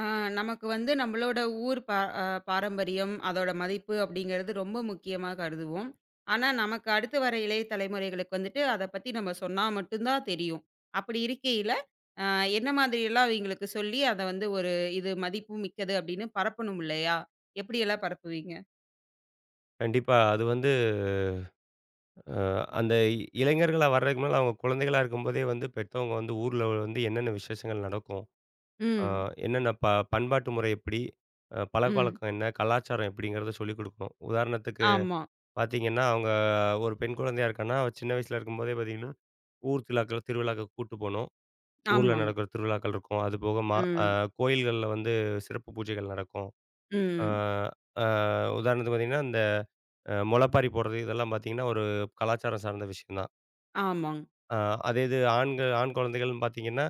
ஆ, நமக்கு வந்து நம்மளோட ஊர் பா அ பாரம்பரியம், அதோட மதிப்பு அப்படிங்கிறது ரொம்ப முக்கியமா கருதுவோம். ஆனா, நமக்கு அடுத்து வர இளைய தலைமுறைகளுக்கு வந்துட்டு அத பத்தி நம்ம சொன்னா மட்டும் தான் தெரியும். அப்படி இருக்கையில, அ என்ன மாதிரியெல்லாம் அவங்களுக்கு சொல்லி அத வந்து ஒரு இது மதிப்பு மிக்கது அப்படின்னு பரப்பணும் இல்லையா? எப்படியெல்லாம் பரப்புவீங்க? கண்டிப்பா. அது வந்து அ அந்த இளைஞர்களா வர்றதுக்கு முன்னால அவங்க குழந்தைகளா இருக்கும்போதே வந்து பெத்தவங்க வந்து ஊர்ல வந்து என்னென்ன விசேஷங்கள் நடக்கும்? அ ம். என்னென்ன பண்பாட்டு முறை எப்படி? ம். பழக்கவழக்கம் என்ன? கலாச்சாரம் எப்படிங்கிறத சொல்லிக் குடுக்கணும். உதாரணத்துக்கு ஆமா. பார்த்தீங்கன்னா, அவங்க ஒரு பெண் குழந்தையா இருக்கான்னா, அவ சின்ன வயசுல இருக்கும்போதே பார்த்தீங்கன்னா, ஊர் திருவிழாக்களுக்கு கூட்டு போணும். ஊர்ல ஆமாங்க. நடக்கிற திருவிழாக்கள் இருக்கும். அது போக மா அ ம். கோயில்கள்ல வந்து சிறப்பு பூஜைகள் நடக்கும். அ ம். அ உதாரணத்துக்கு பார்த்தீங்கன்னா, இந்த முளைப்பாரி போடுறது இதெல்லாம் பார்த்தீங்கன்னா, ஒரு கலாச்சாரம் சார்ந்த விஷயம் தான். ஆமாங்க. ஆ அதே இது ஆண் குழந்தைகள்னு பார்த்தீங்கன்னா,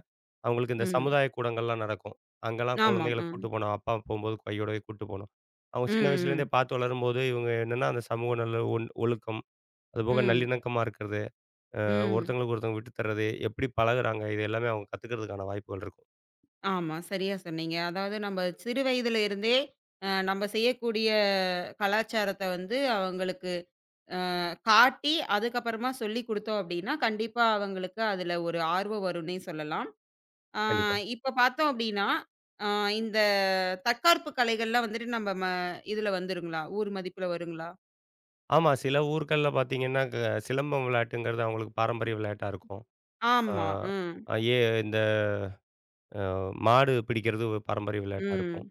அவங்களுக்கு இந்த ம். சமுதாய கூடங்கள்லாம் நடக்கும். அங்கலாம் ஆமாங்க. குழந்தைகள ம். கூட்டு போணும். அப்பா போம்போது கையோடவே கூட்டு போணும். அவங்க சின்ன வயசுலேருந்தே ம். பார்த்து வளரும்போது, இவங்க என்னன்னா அந்த சமூக நல்ல ஒழுக்கம், அதுபோக ம். ம். நல்லிணக்கமா இருக்கிறது, ம் ஒருத்தங்களுக்கு ஒருத்தங்க விட்டு தர்றது, எப்படி பழகுறாங்க இது எல்லாமே அவங்க கத்துக்கிறதுக்கான வாய்ப்புகள் இருக்கும். ஆமா. சரியா சொன்னீங்க. அதாவது நம்ம சிறு வயதில இருந்தே நம்ம செய்யக்கூடிய கலாச்சாரத்த வந்து அவங்களுக்கு காட்டி, அதுக்கப்புறமா சொல்லிக் குடுத்தோம் அப்டின்னா, கண்டிப்பா அவங்களுக்கு அதுல ஒரு ஆர்வம் வரும்னே சொல்லலாம். ஆ கண்டிப்பா. இப்ப பார்த்தோம் அப்டின்னா, அ இந்த தற்காப்பு கலைகள்லாம் வந்துட்டு நம்ம இதுல வந்துருங்களா? ஊர் மதிப்புல வருங்களா? ஆமா. சில ஊர்கள்ல பார்த்தீங்கன்னா, சிலம்பம் விளையாட்டுங்கிறது அவங்களுக்கு பாரம்பரிய விளையாட்டா இருக்கும். ஆமா. ம். ஆ ஏ இந்த அ மாடு பிடிக்கிறது ஒரு பாரம்பரிய விளையாட்டா ம். இருக்கும்.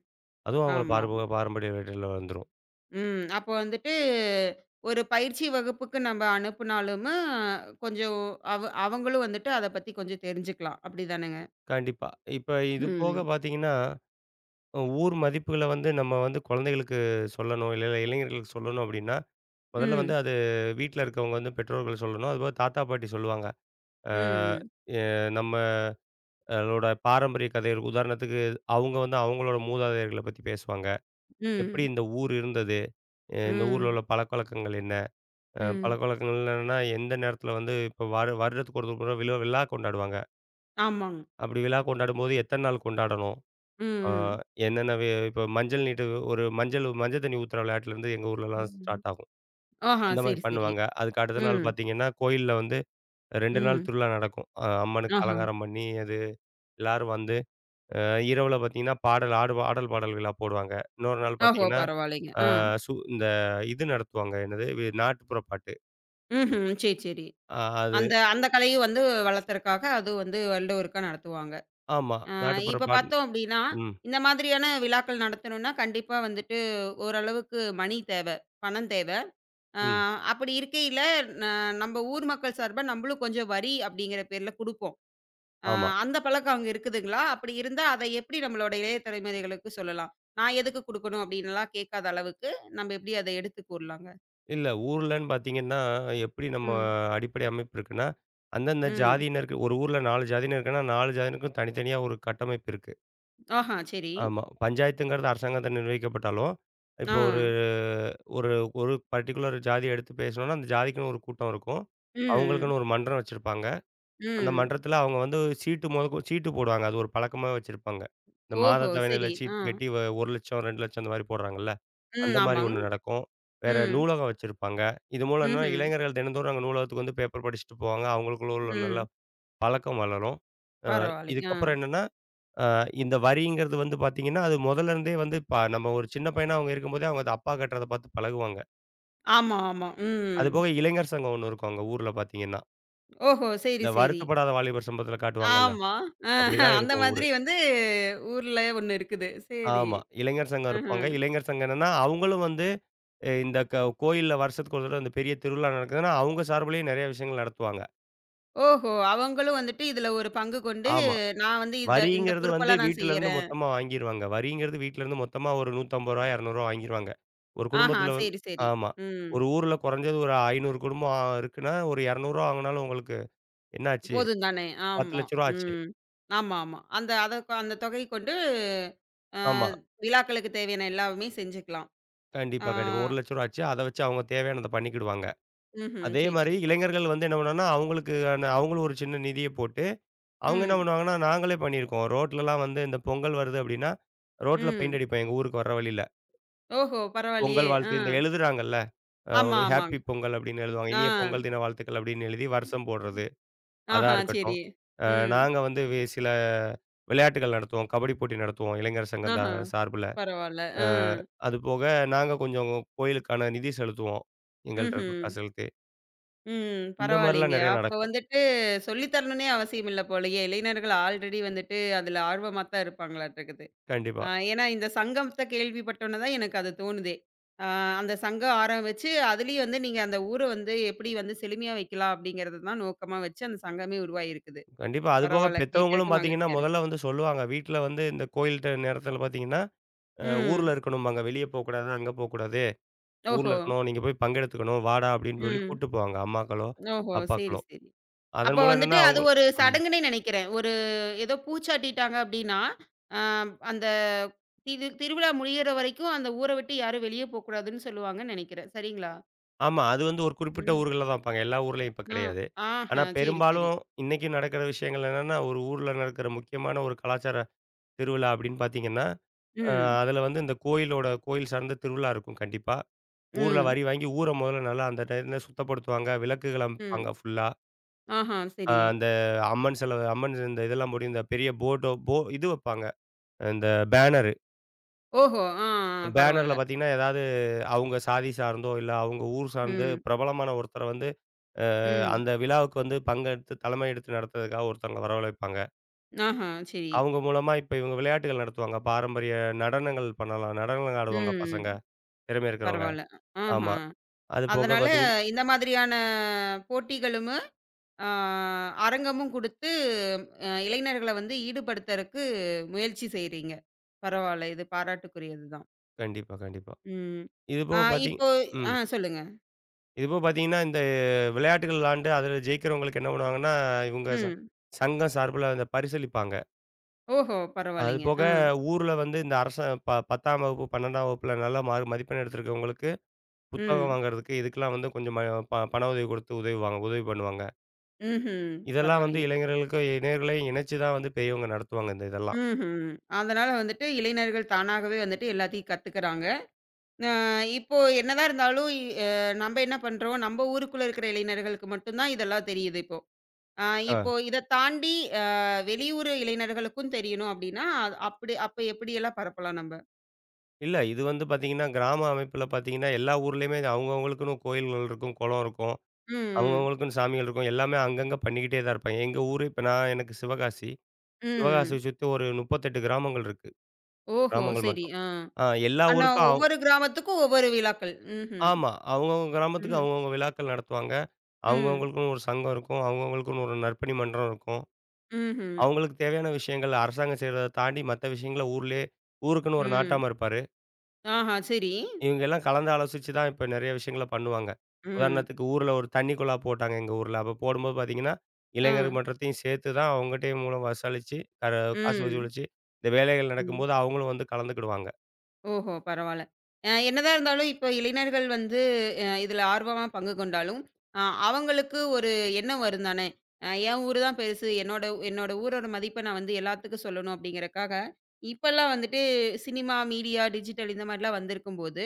அதுவும் அவங்கள ஆமா. பாரம்பரிய பாரம்பரிய விளையாட்டுல வந்துரும். ம். அப்போ வந்துட்டு ஒரு பயிற்சி வகுப்புக்கு நம்ம அனுப்புனாலுமு, கொஞ்சம் அவங்களும் வந்துட்டு அத பத்தி கொஞ்சம் தெரிஞ்சுக்கலாம். அப்படிதானங்க? கண்டிப்பா. இப்ப இது போக ம். பார்த்தீங்கன்னா, ஊர் மதிப்புகள வந்து நம்ம வந்து குழந்தைகளுக்கு சொல்லணும், இல்ல இளைஞர்களுக்கு சொல்லணும் அப்டின்னா, முதல்ல வந்து ம். அது வீட்ல இருக்கவங்க வந்து பெற்றோர்கள் சொல்லணும். அதுபோக தாத்தா, பாட்டி சொல்லுவாங்க. அ ம். எ நம்மளோட பாரம்பரிய கதை இருக்கு. உதாரணத்துக்கு அவங்க வந்து அவங்களோட மூதாதையர்கள பத்தி பேசுவாங்க. எப்படி ம். இந்த ஊர் இருந்தது? இந்த ஊர்ல ம். உள்ள பழக்கவழக்கங்கள் என்ன? ம். பழக்கவழக்கங்கள் என்னன்னா, எந்த நேரத்தில வந்து இப்போ வருடத்துக்கு ஒரு முறை விழா கொண்டாடுவாங்க. ஆமாங்க. அப்படி விழா கொண்டாடும்போது எத்தன நாள் கொண்டாடணும்? ஆ ம். என்னென்ன இப்ப மஞ்சள் நீட்டு ஒரு மஞ்சள் மஞ்சள் தண்ணி ஊத்துற விளையாட்டுலேருந்து எங்க ஊர்லலாம் ம். ஸ்டார்ட் ஆகும். ஆஹா! அந்த மாரி சரி, சரி. பண்ணுவாங்க. அதுக்கு அடுத்த நாள் ம். பார்த்தீங்கன்னா, கோயில்ல வந்து 2 நாள் ம். திருவிழா நடக்கும். அம்மனுக்கு ஆஹா! அலங்காரம் பண்ணி அது எல்லாரும் வந்து இரவுல பார்த்தீங்கன்னா, பாடல் ஆடு ஆடல் பாடல் விழா போடுவாங்க. இன்னொரு நாள் ஓஹோ! பார்த்தீங்கன்னா, பரவாயில்லைங்க. அ ஆ. சு இந்த இது நடத்துவாங்க. என்னது? நாட்டுப்புற பாட்டு. ம்ஹ்ம். சரி, சரி. அது அந்த அந்த கலையும் வந்து வளர்த்தறக்காக அது வந்து வருட ஒருக்கா நடத்துவாங்க. ஆமா. நாட்டுப்புற இப்ப பாட்டு பார்த்தோம் அப்படின்னா, ம், இந்த மாதிரியான விழாக்கள் நடத்தணும்னா, கண்டிப்பா வந்துட்டு ஓரளவுக்கு மணி தேவ, பணம் தேவ. அ ம். அப்படி இருக்கையில ந நம்ம ஊர் மக்கள் சார்பா நம்மளும் கொஞ்சம் வரி அப்படிங்கிற பேர்ல குடுப்போம். அ ஆமா. அந்த பழக்கம் அங்க இருக்குதுங்களா? அப்படி இருந்தா அதை எப்படி நம்மளோட இளைய தலைமுறைகளுக்கு சொல்லலாம்? நான் எதுக்கு குடுக்கணும் அப்படின்னுலாம் கேட்காத அளவுக்கு, நம்ம எப்படி அதை எடுத்து கூறலாங்க? இல்ல. ஊர்லன்னு பார்த்தீங்கன்னா, எப்படி நம்ம ம். அடிப்படை அமைப்பு இருக்குன்னா, அந்தந்த ம். ஜாதியினருக்கு ஒரு ஊர்ல 4 ஜாதியினர் இருக்குன்னா, 4 ஜாதியினருக்கும் தனித்தனியா ஒரு கட்டமைப்பு இருக்கு. ஆஹா, சரி. ஆமா. பஞ்சாயத்துங்கிறது அரசாங்கத்த நிர்வகிக்கப்பட்டாலும், ஆ. இப்போ ஒரு ஒரு ஒரு பர்ட்டிகுலர் ஜாதிய எடுத்து பேசணும்னா, அந்த ஜாதிக்குன்னு ஒரு கூட்டம் இருக்கும். ம். அவங்களுக்குன்னு ஒரு மன்றம் வச்சிருப்பாங்க. அந்த ம். மன்றத்துல அவங்க வந்து சீட்டு போடுவாங்க. அது ஒரு பழக்கமாவே வச்சிருப்பாங்க. இந்த மாத ஓஹோ! தவணையில சரி. ஆ. சீட்டு கட்டி 1,00,000, 2,00,000 அந்த மாரி போடுறாங்கல்ல. ம். அந்த மாரி ஆமாங்க. ஒண்ணு நடக்கும். வேற ம். நூலகம் வச்சிருப்பாங்க. இது மூலம் என்னன்னா, ம்ஹ்ம். இளைஞர்கள் தினந்தோறும் அங்க நூலகத்துக்கு வந்து பேப்பர் படிச்சுட்டு போவாங்க. அவங்களுக்குள்ள உள்ள நல்ல ம். பழக்கம் வளரும். அ பரவாயில்லைங்க. ஆ. இதுக்கப்புறம் என்னன்னா, அ இந்த வரிங்கிறது வந்து பார்த்தீங்கன்னா, அது முதல்ல இருந்தே வந்து நம்ம ஒரு சின்ன பையனா அவங்க இருக்கும்போதே அவங்க அது அப்பா கட்டுறத பார்த்து பழகுவாங்க. ஆமா, ஆமா. ம். அதுபோக இளைஞர் சங்கம் ஒண்ணு இருக்கும் அங்க ஊர்ல பார்த்தீங்கன்னா. ஓஹோ! சரி, இந்த சரி. வருத்தப்படாத வாலிபர் சங்கத்துல காட்டுவாங்கல்ல. ஆமா. அப்படிதான் அந்த இருக்கும் ஊரு. மாதிரி வந்து ஊர்ல ஒண்ணு இருக்குது. சரி. ஆமா. இளைஞர் சங்கம் அஹ. இருப்பாங்க. இளைஞர் சங்கம் என்னன்னா, அவங்களும் வந்து இந்த க கோயில்ல வருஷத்துக்கு ஒரு தடவ இந்த பெரிய திருவிழா நடக்குதுன்னா, அவங்க சார்புலயும் நெறைய விஷயங்கள் நடத்துவாங்க. ஓஹோ! அவங்களும் வந்துட்டு இதுல ஒரு பங்கு கொண்டு, ஆமா. நான் வந்து இந்த இந்த வரிங்கிறது வந்து பொறுப்பெல்லாம் நான் வீட்டிலருந்து செய்யறேன். மொத்தமா வாங்கிருவாங்க. வரிங்கிறது வீட்டிலருந்து மொத்தமா ஒரு ரூ. 150, ரூ. 200 வாங்கிருவாங்க. ஒரு ஆஹா, குடும்பத்தில வந்து சரி, சரி. ஆமா. ம். ஒரு ஊர்ல குறைஞ்சது ஒரு 500 குடும்பம் இருக்குன்னா, ஒரு ரூ. 200 வாங்குனாலும் உங்களுக்கு என்ன ஆச்சு? ரூ. போதும் தானே! ஆமா. 10,00,000 ஆச்சு. ம். ஆமா, ஆமா. அந்த தொகை கொண்டு அ ஆமா. விழாக்களுக்கு தேவையான எல்லாமே செஞ்சுக்கலாம். ஆ. கண்டிப்பா, கண்டிப்பா. ரூ. 1,00,000 ஆச்சு. அத வச்சு அவங்க தேவையானத பண்ணிக்கிடுவாங்க. ம்ஹ்ம். அதே சரி, மாரி சரி. இளைஞர்கள் வந்து என்ன பண்ணுவாங்கன்னா, அவங்களுக்கான அவங்களும் ஒரு சின்ன நிதிய போட்டு, அவங்க என்ன ம். பண்ணுவாங்கன்னா, நாங்களே பண்ணியிருக்கோம். ரோட்லலாம் வந்து இந்த பொங்கல் வருது அப்படின்னா, ரோட்ல பெயிண்ட் ம். அடிப்போம் எங்க ஊருக்கு வர வழியில. ஓஹோ! பரவாயில்லையே! பொங்கல் ஆ. வாழ்த்து இந்த எழுதுறாங்கல்ல. அ ஆமா, ஹேப்பி ஆமாங்க. பொங்கல் அப்படின்னு எழுதுவாங்க. ஆ. இனிய பொங்கல் தின வாழ்த்துக்கள் அப்படின்னு எழுதி வருஷம் போடுறது. அதா ஆஹா, இருக்கட்டும். சரி. அ ம். நாங்க வந்து சில விளையாட்டுகள் நடத்துவோம். கபடி போட்டி நடத்துவோம். இளைஞர் சங்கம் ஆஹா. சார்புல. பரவால்ல. அ ஆ. அதுபோக நாங்க கொஞ்சம் கோயிலுக்கான நிதி செலுத்துவோம். எங்கள்ட்ட இருக்க ம்ஹ்ம். காசு செலுத்தி. ம். இந்த மாரிலாம் பரவாயில்லைங்க. நெறைய அப்ப நடக்கும். வந்துட்டு சொல்லி தரணும்னே அவசியம் இல்ல போலயே! இளைஞர்கள் ஆல்ரெடி வந்துட்டு அதுல ஆர்வமா தான் இருப்பாங்களாட்டுருக்குது. கண்டிப்பா. ஏன்னா இந்த சங்கத்த கேள்விப்பட்டோன தான் எனக்கு அது தோணுதே! ஆ அந்த சங்கம் ஆரம்பிச்சு, அதுலயும் வந்து நீங்க அந்த ஊர வந்து எப்படி வந்து செழுமையா வைக்கலாம் அப்படிங்கிறத தான் நோக்கமா வச்சு அந்த சங்கமே உருவாகியிருக்குது. கண்டிப்பா. அதுபோக பரவால்ல. பெத்தவங்களும் கேட்கறக்கு பார்த்தீங்கன்னா, மகிழ்ச்சியா இருக்கு. முதல்ல வந்து சொல்லுவாங்க. வீட்ல வந்து இந்த கோயில்ட்ட நேரத்தில பார்த்தீங்கன்னா, ம். ஊர்ல இருக்கணும்பாங்க. வெளிய போக்கூடாது, அங்க போக்கூடாது. ஓஹோ! ஊர்ல இருக்கணும். நீங்க போய் பங்கெடுத்துக்கணும். வாடா அப்படின்னு சொல்லி ம். கூட்டு போவாங்க. அம்மாக்களோ, ஓஹோ! சரி, அப்பாக்களோ. சரி. அதன் அப்ப மூலம் வந்துட்டு என்னன்னா அது அவங்க ஒரு ம். சடங்குன்னே நினைக்கிறேன். ஒரு ஏதோ பூச்சாட்டிட்டாங்க அப்டின்னா, அ அந்த திருவிழா முடியிற வரைக்கும் அந்த ஊர விட்டு யாரும் வெளியே போக்கூடாதுன்னு சொல்லுவாங்கன்னு நெனைக்கிறேன். சரிங்களா? ஆமா. அது வந்து ஒரு குறிப்பிட்ட ம். ஊர்கள்ல தான் வைப்பாங்க. எல்லா ஊர்லயும் இப்ப ஆ. கிடையாது. ஆஹா. ஆனா சரி, சரி. பெரும்பாலும் இன்னைக்கு நடக்கிற விஷயங்கள் என்னன்னா, ஒரு ஊர்ல நடக்கிற முக்கியமான ஒரு கலாச்சார திருவிழா அப்படின்னு பார்த்தீங்கன்னா, அ ம். அதுல வந்து இந்த கோயிலோட கோயில் சார்ந்த திருவிழா இருக்கும் கண்டிப்பா. ஊர்ல ம். வரி வாங்கி ஊர முதல்ல நல்லா அந்த டைம்ல சுத்தப்படுத்துவாங்க. விளக்குகள் அமைப்பாங்க ம். ஃபுல்லா. ஆஹா. சரி. அந்த அம்மன் இந்த இதெல்லாம் போட்டு இந்த பெரிய போர்டோ போ இது வைப்பாங்க. இந்த பேனரு. ஓஹோ! ஆ, ஆ. பேனர்ல பரவால்ல. பார்த்தீங்கன்னா, ஏதாவது அவங்க சாதி சார்ந்தோ, இல்ல அவங்க ஊர் சார்ந்து ம். பிரபலமான ஒருத்தர வந்து ம். அந்த விழாவுக்கு வந்து பங்கெடுத்து தலைமை எடுத்து நடத்துறதுக்காக ஒருத்தவங்கள வரவழைப்பாங்க. ஆஹா. சரி. அவங்க மூலமா இப்ப இவங்க விளையாட்டுகள் நடத்துவாங்க. பாரம்பரிய நடனங்கள் பண்ணலாம். நடனங்கள் ஆடுவாங்க பசங்க, ம். திறமை இருக்கிறவங்க. பரவால்ல. ஆஹா. ஆமா. அது போக அதனால பார்த்தீங்க இந்த மாதிரியான போட்டிகளும் ஆ அரங்கமும் குடுத்து, இளைஞர்கள வந்து ஈடுபடுத்தறக்கு முயற்சி செய்றீங்க. பரவால்ல. இது பாராட்டுக்குரியது தான். கண்டிப்பா, கண்டிப்பா. ம். இது ஆ போக பார்த்தீங்க இப்போ ம். சொல்லுங்க. இது போக பார்த்தீங்கன்னா, இந்த விளையாட்டுகள் விளாண்டு அதில ஜெயிக்கிறவங்களுக்கு என்ன பண்ணுவாங்கன்னா, இவங்க ம். சங்கம் சார்புல அந்த பரிசளிப்பாங்க. ஓஹோ! அது பரவால்லைங்க. போக ஆ. ஊர்ல வந்து இந்த அரச ப 10ஆம் வகுப்பு, 12ஆம் வகுப்புல நல்ல மதிப்பெண் எடுத்திருக்கவங்களுக்கு புத்தகம் ம். வாங்குறதுக்கு, இதுக்கெல்லாம் வந்து கொஞ்சம் ம ப பண உதவி கொடுத்து உதவுவாங்க உதவி பண்ணுவாங்க. ம்ஹ்ம். இதெல்லாம் வந்து பரவால்லைங்க. இளைஞர்களுக்கு இளைஞர்களையும் இணைச்சு தான் வந்து பெரியவங்க நடத்துவாங்க இந்த இதெல்லாம். ம்ஹ்ம். அதனால வந்துட்டு இளைஞர்கள் தானாகவே வந்துட்டு எல்லாத்தையும் கத்துக்கறாங்க. அ இப்போ என்னதான் இருந்தாலும், இ அ நம்ப என்ன பண்றோம், நம்ப ஊருக்குள்ள இருக்கிற இளைஞர்களுக்கு மட்டும் தான் இதெல்லாம் தெரியுது இப்போ. ஆ ஆ. இப்போ இத தாண்டி அ வெளியூர் இளைஞர்களுக்கும் தெரியணும் அப்டின்னா, அது அப்படி அப்ப எப்படியெல்லாம் பரப்பலாம் நம்ப? இல்ல இது வந்து பார்த்தீங்கன்னா, கிராம அமைப்புல பார்த்தீங்கன்னா, எல்லா ஊர்லயுமே அவங்கவங்களுக்குன்னு கோயில்கள் இருக்கும், குளம் இருக்கும். ம், ம். அவங்கவங்களுக்குன்னு சாமிகள் இருக்கும். எல்லாமே அங்கங்க பண்ணிக்கிட்டே தான் இருப்பாங்க. எங்க ஊரு இப்ப நான் எனக்கு சிவகாசி. சிவகாசிய ம். சுத்தி ஒரு 38 கிராமங்கள் இருக்கு. ஓஹோ! கிராமங்கள் சரி. மட்டும். ஆ. எல்லா ஆனா ஊருக்கும் ஒவ்வொரு கிராமத்துக்கும் ஒவ்வொரு விழாக்கள். ம்ஹ்ம். ஆமா. அவங்கவங்க கிராமத்துக்கு ம். அவங்கவங்க விழாக்கள் நடத்துவாங்க. ம். அவங்கவங்களுக்குன்னு ஒரு சங்கம் இருக்கும். அவங்கவங்களுக்குன்னு ஒரு நற்பணி மன்றம் இருக்கும். ம்ஹ்ம். ம். அவங்களுக்கு தேவையான விஷயங்கள் அரசாங்கம் செய்றத தாண்டி மத்த விஷயங்கள ஊர்லயே ஊருக்குன்னு ஒரு ம் நாட்டாம இருப்பாரு. ஆஹா! சரி. இவங்க எல்லாம் கலந்து ஆலோசிச்சு தான் இப்ப நெறைய விஷயங்கள பண்ணுவாங்க. ம். உதாரணத்துக்கு ஊர்ல ஒரு தண்ணி குழா போட்டாங்க எங்க ஊர்ல. அப்ப போடும்போது பார்த்தீங்கன்னா, ஆ. இளைஞர் மன்றத்தையும் சேர்த்து தான் அவங்கட்டயும் மூலம் வசூலிச்சு கர காசு ம். வசூலிச்சு இந்த வேலைகள் ம். நடக்கும்போது அவங்களும் வந்து கலந்துக்கிடுவாங்க. ஓஹோ! பரவால்ல. என்னதான் இருந்தாலும் இப்போ இளைஞர்கள் வந்து இதுல ஆர்வமா பங்கு கொண்டாலும், அ அவங்களுக்கு ஒரு எண்ணம் வரும் தானே! என் ஊரு தான் பெருசு. என்னோட என்னோட ஊரோட மதிப்ப நான் வந்து எல்லாத்துக்கும் சொல்லணும் அப்படிங்கிறக்காக, இப்பல்லாம் வந்துட்டு சினிமா, மீடியா, டிஜிட்டல் இந்த மாரிலாம் வந்திருக்கும்போது,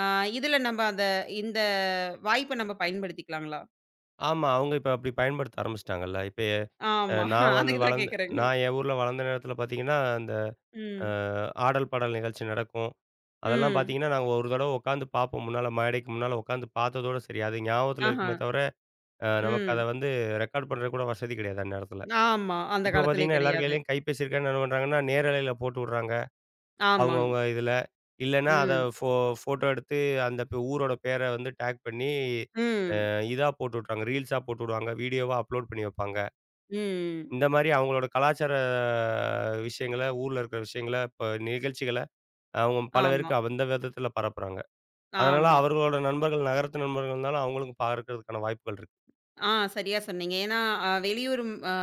அ இதுல நம்ம இந்த வாய்ப்ப நம்ம பயன்படுத்திக்கலாங்களா? ஆமா, அவங்க இப்ப அப்படி பயன்படுத்த ஆரம்பிச்சுட்டாங்கல்ல. இப்ப ஆமா. நான் வந்து அதுக்கு தான் வளர்ந்து கேட்கிறேங்க. நான் என் ஊர்ல வளர்ந்த நேரத்தில பார்த்தீங்கன்னா, அந்த அ ம். ஆடல், பாடல் நிகழ்ச்சி நடக்கும். அதெல்லாம் ம். பார்த்தீங்கன்னா, நாங்க ஒரு தடவ உட்காந்து பார்ப்போம். முன்னால மேடைக்கு முன்னால உட்காந்து பார்த்ததோட சரி. அது ஞாபகத்துல ஆஹா. இருக்குமே தவிர, நமக்கு அத ம். வந்து ரெக்கார்ட் பண்றதுக்கு கூட வசதி கிடையாது அந்நேரத்துல. ஆமா. அந்த இப்ப காலத்திலே பார்த்தீங்கன்னா, எல்லார் கிடையாது. கையிலயும் கைபேசி இருக்கனால என்ன பண்றாங்கன்னா, நேரலையில போட்டு விடுறாங்க. ஆமாங்க. அவங்கவங்க இதுல. இல்லன்னா அத ம். ஃபோட்டோ எடுத்து அந்த பே ஊரோட பேர வந்து டேக் பண்ணி, ம். இதா போட்டு விட்றாங்க. ரீல்ஸா போட்டு விடுவாங்க. வீடியோவா அப்லோட் பண்ணி வைப்பாங்க. ம். இந்த மாரி அவங்களோட கலாச்சார விஷயங்கள, ஊர்ல இருக்கிற விஷயங்கள, இப்ப நிகழ்ச்சிகள அவங்க பல ஆமா, பேருக்கு அந்த விதத்துல பரப்புறாங்க. அதனால ஆமா. அவர்களோட நண்பர்கள் நகரத்து நண்பர்கள்னால அவங்களுக்கும் பார்க்கறதுக்கான வாய்ப்புகள் இருக்கு. ஆ சரியா சொன்னீங்க. ஏன்னா, வெளியூர் ம் அ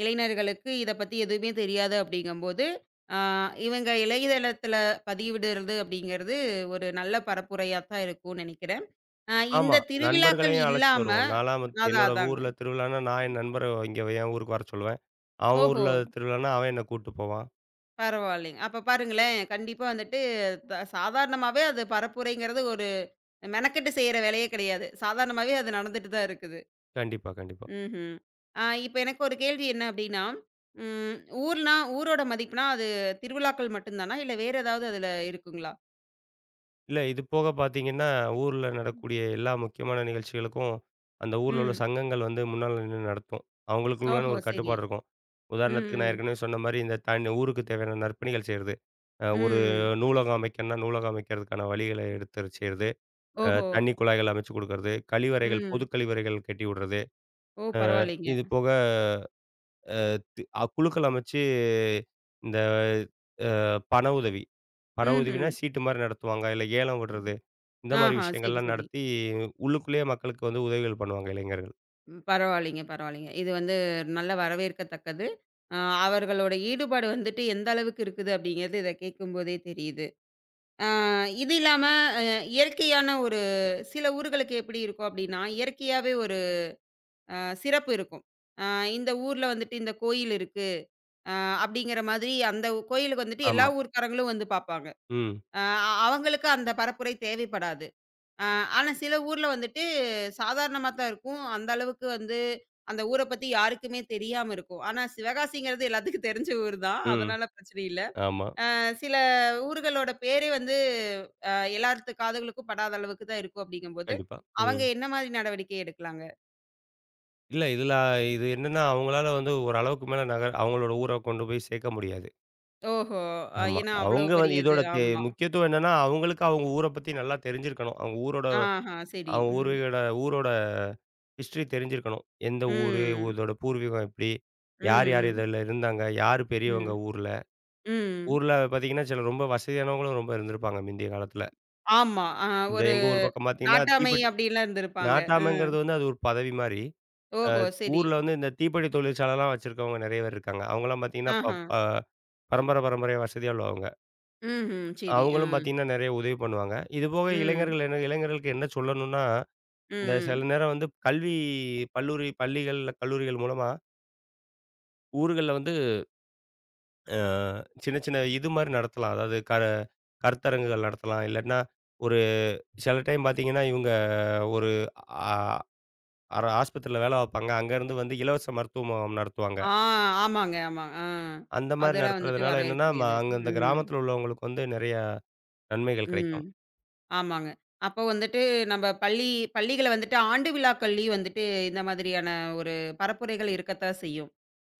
இளைஞர்களுக்கு இத பத்தி எதுவுமே தெரியாது அப்படிங்கும்போது, அ இவங்க இணையதளத்தில பதிவிடுறது அப்படிங்கிறது ஒரு நல்ல பரப்புரையா தான் இருக்கும்னு நெனைக்கிறேன். ஆமா. இந்த திருவிழாக்கள் நண்பர்களையும் அழைச்சிட்டு இல்லாம வருவோம். நான்லாம் வந்து அதான் என்னோட அதாங்க. ஊர்ல திருவிழான்னா, நான் என் நண்பர இங்க என் ஊருக்கு வர சொல்லுவேன். அவன் ஓஹோ! ஊர்ல திருவிழான்னா, அவன் என்ன கூட்டு போவான். பரவாயில்லைங்க. அப்ப பாருங்களேன், கண்டிப்பா வந்துட்டு சாதாரணமாவே அது பரப்புரைங்கிறது ஒரு மெனக்கெட்டு செய்ற வேலையே கிடையாது. சாதாரணமாவே அது நடந்துட்டு தான் இருக்குது. கண்டிப்பா, கண்டிப்பா. ம்ஹ்ம். இப்ப எனக்கு ஒரு கேள்வி என்ன அப்டின்னா, ம் ஊர்னா ஊரோட மதிப்புனா, அது திருவிழாக்கள் மட்டும் தானா? இல்ல வேற ஏதாவது அதுல இருக்குங்களா? இல்ல. இது போக பார்த்தீங்கன்னா, ஊர்ல நடக்கூடிய எல்லா முக்கியமான நிகழ்ச்சிகளுக்கும், அந்த ஊர்ல உள்ள ம். சங்கங்கள் வந்து முன்னால நின்னு நடத்தும். அவங்களுக்குள்ளான ஓஹோ! ஒரு சரி. கட்டுப்பாடு இருக்கும். ம், உதாரணத்துக்கு நான் ம். ஏற்கனவே சொன்ன மாரி, இந்த தன் ஊருக்கு தேவையான நற்பணிகள் செய்றது. ஒரு ம், ம். நூலகம் அமைக்கணும்னா, நூலகம் அமைக்கிறதுக்கான வழிகள எடுத்து செய்றது. ஓஹோ! தண்ணி குழாய்கள் அமைச்சு குடுக்கறது. கழிவறைகள், பொது ம். கழிவறைகள் கட்டி விடுறது. ஓ! பரவாயில்லைங்க. இது போக தி அ குழுக்கள் அமைச்சு இந்த பண உதவி. பண உதவினா ம்ஹ்ம். சீட்டு மாரி நடத்துவாங்க. இல்ல ஏலம் விடுறது. இந்த மாரி ஆஹா! சரி, விஷயங்கள்லாம் சரி. நடத்தி உள்ளுக்குள்ளேயே மக்களுக்கு வந்து உதவிகள் பண்ணுவாங்க இளைஞர்கள். பரவாயில்லைங்க, பரவாயில்லைங்க. இது வந்து நல்ல வரவேற்கத்தக்கது. அ அவர்களோட ஈடுபாடு வந்துட்டு எந்த அளவுக்கு இருக்குது அப்டிங்கிறது இத கேட்கும்போதே தெரியுது. ஆ இது இல்லாம அ இயற்கையான ஒரு சில ஊர்களுக்கு எப்டி இருக்கும் அப்டின்னா, இயற்கையாவே ஒரு அ சிறப்பு இருக்கும். அ இந்த ஊர்ல வந்துட்டு இந்த கோயில் இருக்கு. அ அப்படிங்கிற மாதிரி அந்த கோயிலுக்கு வந்துட்டு எல்லா ஆமா. ஊர்க்காரங்களும் வந்து பார்ப்பாங்க. ம். அ அவங்களுக்கு அந்த பரப்புரை தேவைப்படாது. அ ஆனா சில ஊர்ல வந்துட்டு சாதாரணமா தான் இருக்கும். அந்த அளவுக்கு வந்து அந்த ஊர பத்தி யாருக்குமே தெரியாம இருக்கும். ஆனா சிவகாசிங்கிறது எல்லாத்துக்கும் தெரிஞ்ச ஊர் தான். ம். அதனால பிரச்சனை இல்ல. ஆமா. சில ஊர்களோட பேரே வந்து எல்லாத்து காதுகளுக்கும் படாத அளவுக்கு தான் இருக்கும் அப்படிங்கும்போது, கண்டிப்பா. அவங்க ம். என்ன மாதிரி நடவடிக்கை எடுக்கலாங்க? இல்ல இதுல இது என்னன்னா, அவங்களால வந்து ஒரு அளவுக்கு மேல நகர் அவங்களோட ஊர கொண்டு போய் சேர்க்க முடியாது. ஓஹோ! ஆமா. ஏன்னா அவ்வளோ அவங்க வந்து பெரிய இது. இதோட தே ஆமா. முக்கியத்துவம் என்னன்னா, அவங்களுக்கு அவங்க ஊர பத்தி நல்லா தெரிஞ்சிருக்கணும். அவங்க ஊரோட ஆஹா! சரி. அவங்க ம். ஊரோட ஊரோட ஹிஸ்டரி தெரிஞ்சிருக்கணும். எந்த ஊரு, ம். இதோட பூர்வீகம் எப்படி? ம். யார் யார் ம். இதில இருந்தாங்க? யார் ம். பெரியவங்க ஊர்ல? ம். ஊர்ல பார்த்தீங்கன்னா, சில ரொம்ப வசதியானவங்களும் ரொம்ப இருந்திருப்பாங்க முந்தைய காலத்துல. ஆமா. இந்த ஒரு எங்க ஊர் பக்கம் பார்த்தீங்கன்னா, நாட்டாமை தீப்பெட்டி அப்படிலாம் இருந்திருப்பாங்க. நாட்டாமைங்கிறது வந்து அது ஒரு பதவி மாரி. அ ஓஹோ! சரி. ஊர்ல வந்து இந்த தீப்பெட்டி தொழிற்சாலைலாம் வச்சிருக்கவங்க நெறைய பேர் இருக்காங்க. அவங்கலாம் பார்த்தீங்கன்னா, ப ஆஹா. ப பரம்பர பரம்பரையா வசதியா உள்ளவங்க. ம்ஹ்ம். சரி. அவங்களும் பார்த்தீங்கன்னா, நெறைய உதவி பண்ணுவாங்க. இதுபோக ம். இளைஞர்கள் என்ன இளைஞர்களுக்கு என்ன சொல்லணும்னா, இந்த ம். சில நேரம் வந்து கல்லூரி பள்ளிகள்ல கல்லூரிகள் மூலமா ஊர்கள்ல வந்து அ சின்ன சின்ன இது மாரி நடத்தலாம். அதாவது கருத்தரங்குகள் நடத்தலாம். இல்லாட்டினா ஒரு சில டைம் பார்த்தீங்கன்னா, இவங்க ஒரு ஆ அர ஆஸ்பத்திரியில வேலை பார்ப்பாங்க. அங்கேருந்து வந்து இலவச மருத்துவ முகாம் நடத்துவாங்க. ஆ ஆமாங்க, ஆமா. ஆ. அந்த மாரி அதெல்லாம் வந்துட்டு நடத்துறதுனால என்னன்னா, வரவேற்கக்கூடியது. அங்க அந்த ம். கிராமத்தில உள்ளவங்களுக்கு வந்து நெறைய நன்மைகள் ம். கிடைக்கும். ஆமாங்க. அப்போ வந்துட்டு நம்ம பள்ளிகள வந்துட்டு ஆண்டு விழாக்கள்லயும் வந்துட்டு இந்த மாதிரியான ஒரு பரப்புரைகள் இருக்கத்தான் செய்யும்.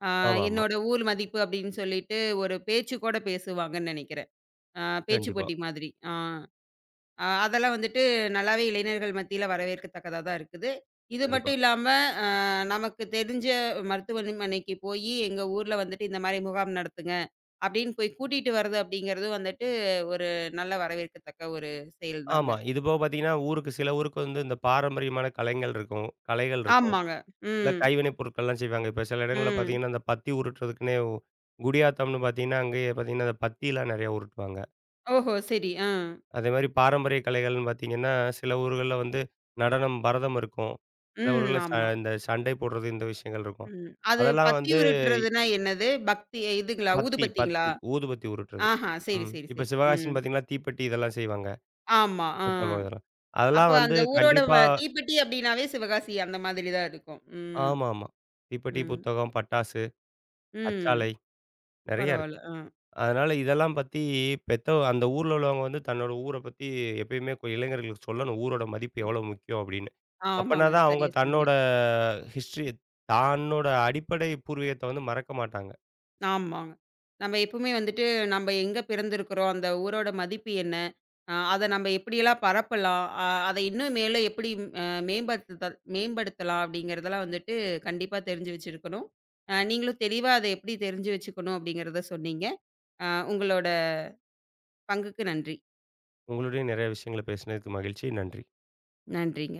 ஆ ஆமாமா. என்னோட ஊர் மதிப்பு அப்படின்னு சொல்லிட்டு ஒரு பேச்சு கூட பேசுவாங்கன்னு நெனைக்கிறேன். பேச்சு கண்டிப்பா, போட்டி மாதிரி. ஆ. அதெல்லாம் வந்துட்டு நல்லாவே இளைஞர்கள் மத்தியில வரவேற்கத்தக்கதா தான் இருக்குது. இது கண்டிப்பா. மட்டும் இல்லாம, அ நமக்கு தெரிஞ்ச மருத்துவமனைக்கு போயி, எங்க ஊர்ல வந்துட்டு இந்த மாரி முகாம் நடத்துங்க, அப்படின்னு போய் கூட்டிட்டு வர்றது அப்படிங்கிறது வந்துட்டு ஒரு நல்ல வரவேற்கத்தக்க ஒரு செயல் தாங்க. ஆமா. இதுபோக பார்த்தீங்கன்னா, ஊருக்கு சில ஊருக்கு வந்து இந்த பாரம்பரியமான கலைகள் இருக்கும் கலைகள் இருக்கும். ஆமாங்க. இல்ல ம். கைவினைப் பொருட்கள்லாம் செய்வாங்க. இப்ப சில இடங்கள்ல ம். பார்த்தீங்கன்னா, இந்த பத்தி உருட்டுறதுக்குன்னே குடியாத்தம்னு பார்த்தீங்கன்னா, அங்கேயே பார்த்தீங்கன்னா, அந்த பத்திலாம் நெறைய உருட்டுவாங்க. ஓஹோ! சரி. ஆ. அதே மாரி பாரம்பரிய கலைகள்னு பார்த்தீங்கன்னா, சில ஊர்கள்ல வந்து நடனம், பரதம் இருக்கும். சில ம். ஊர்கள்ல ஆமா. இந்த சண்டை போடுறது இந்த விஷயங்கள் இருக்கும். ம். அது அதெல்லாம் வந்து பத்தியுருட்டுறதுன்னா என்னது? பக்தி இதுங்களா? ஊதுபத்திங்களா? பத்தி ஊதுபத்தி உருட்டுறது. ஆஹா. சரி, ம். சரி, இப்ப சரி. சிவகாசின்னு ம். பார்த்தீங்கன்னா, தீப்பெட்டி இதெல்லாம் செய்வாங்க. ஆமா. ஆ. புத்தகம் இதெல்லாம். அப்ப அதெல்லாம் வந்து அந்த ஊரோட கண்டிப்பா தீப்பெட்டி அப்டின்னாவே சிவகாசி அந்த மாதிரி தான் இருக்கும். ம், ஆமாமா. தீப்பெட்டி, ம், புத்தகம், பட்டாசு, ம். கச்சாலை நெறைய இருக்கு. பரவால்ல. அதனால இதெல்லாம் பத்தி அந்த ஊர்ல உள்ளவங்க வந்து தன்னோட ஊர பத்தி எப்பயுமே இளைஞர்களுக்கு சொல்லணும். ஊரோட மதிப்பு எவ்வளோ முக்கியம் அப்படின்னு. அப்பனா ஆமாங்க. தான் அவங்க சரியா சொன்னீங்க. தன்னோட ஹிஸ்ட்ரி தன்னோட அடிப்படை பூர்வீகத்த வந்து மறக்க மாட்டாங்க. ஆமாங்க. நம்ம எப்பவுமே வந்துட்டு நம்ப எங்க பிறந்திருக்கிறோம், அந்த ஊரோட மதிப்பு என்ன? அத நம்ம எப்படியெல்லாம் பரப்பலாம்? அத இன்னும் மேல எப்படி அ மேம்படுத்தலாம் அப்படிங்கிறதெல்லாம் வந்துட்டு கண்டிப்பா தெரிஞ்சு வச்சிருக்கணும். நீங்களும் தெளிவா அத எப்படி தெரிஞ்சு வச்சுக்கணும் அப்படிங்கிறத சொன்னீங்க. உங்களோட பங்குக்கு நன்றி. உங்களுடையும் நிறைய விஷயங்கள பேசினதுக்கு மகிழ்ச்சி. நன்றி. நன்றிங்க.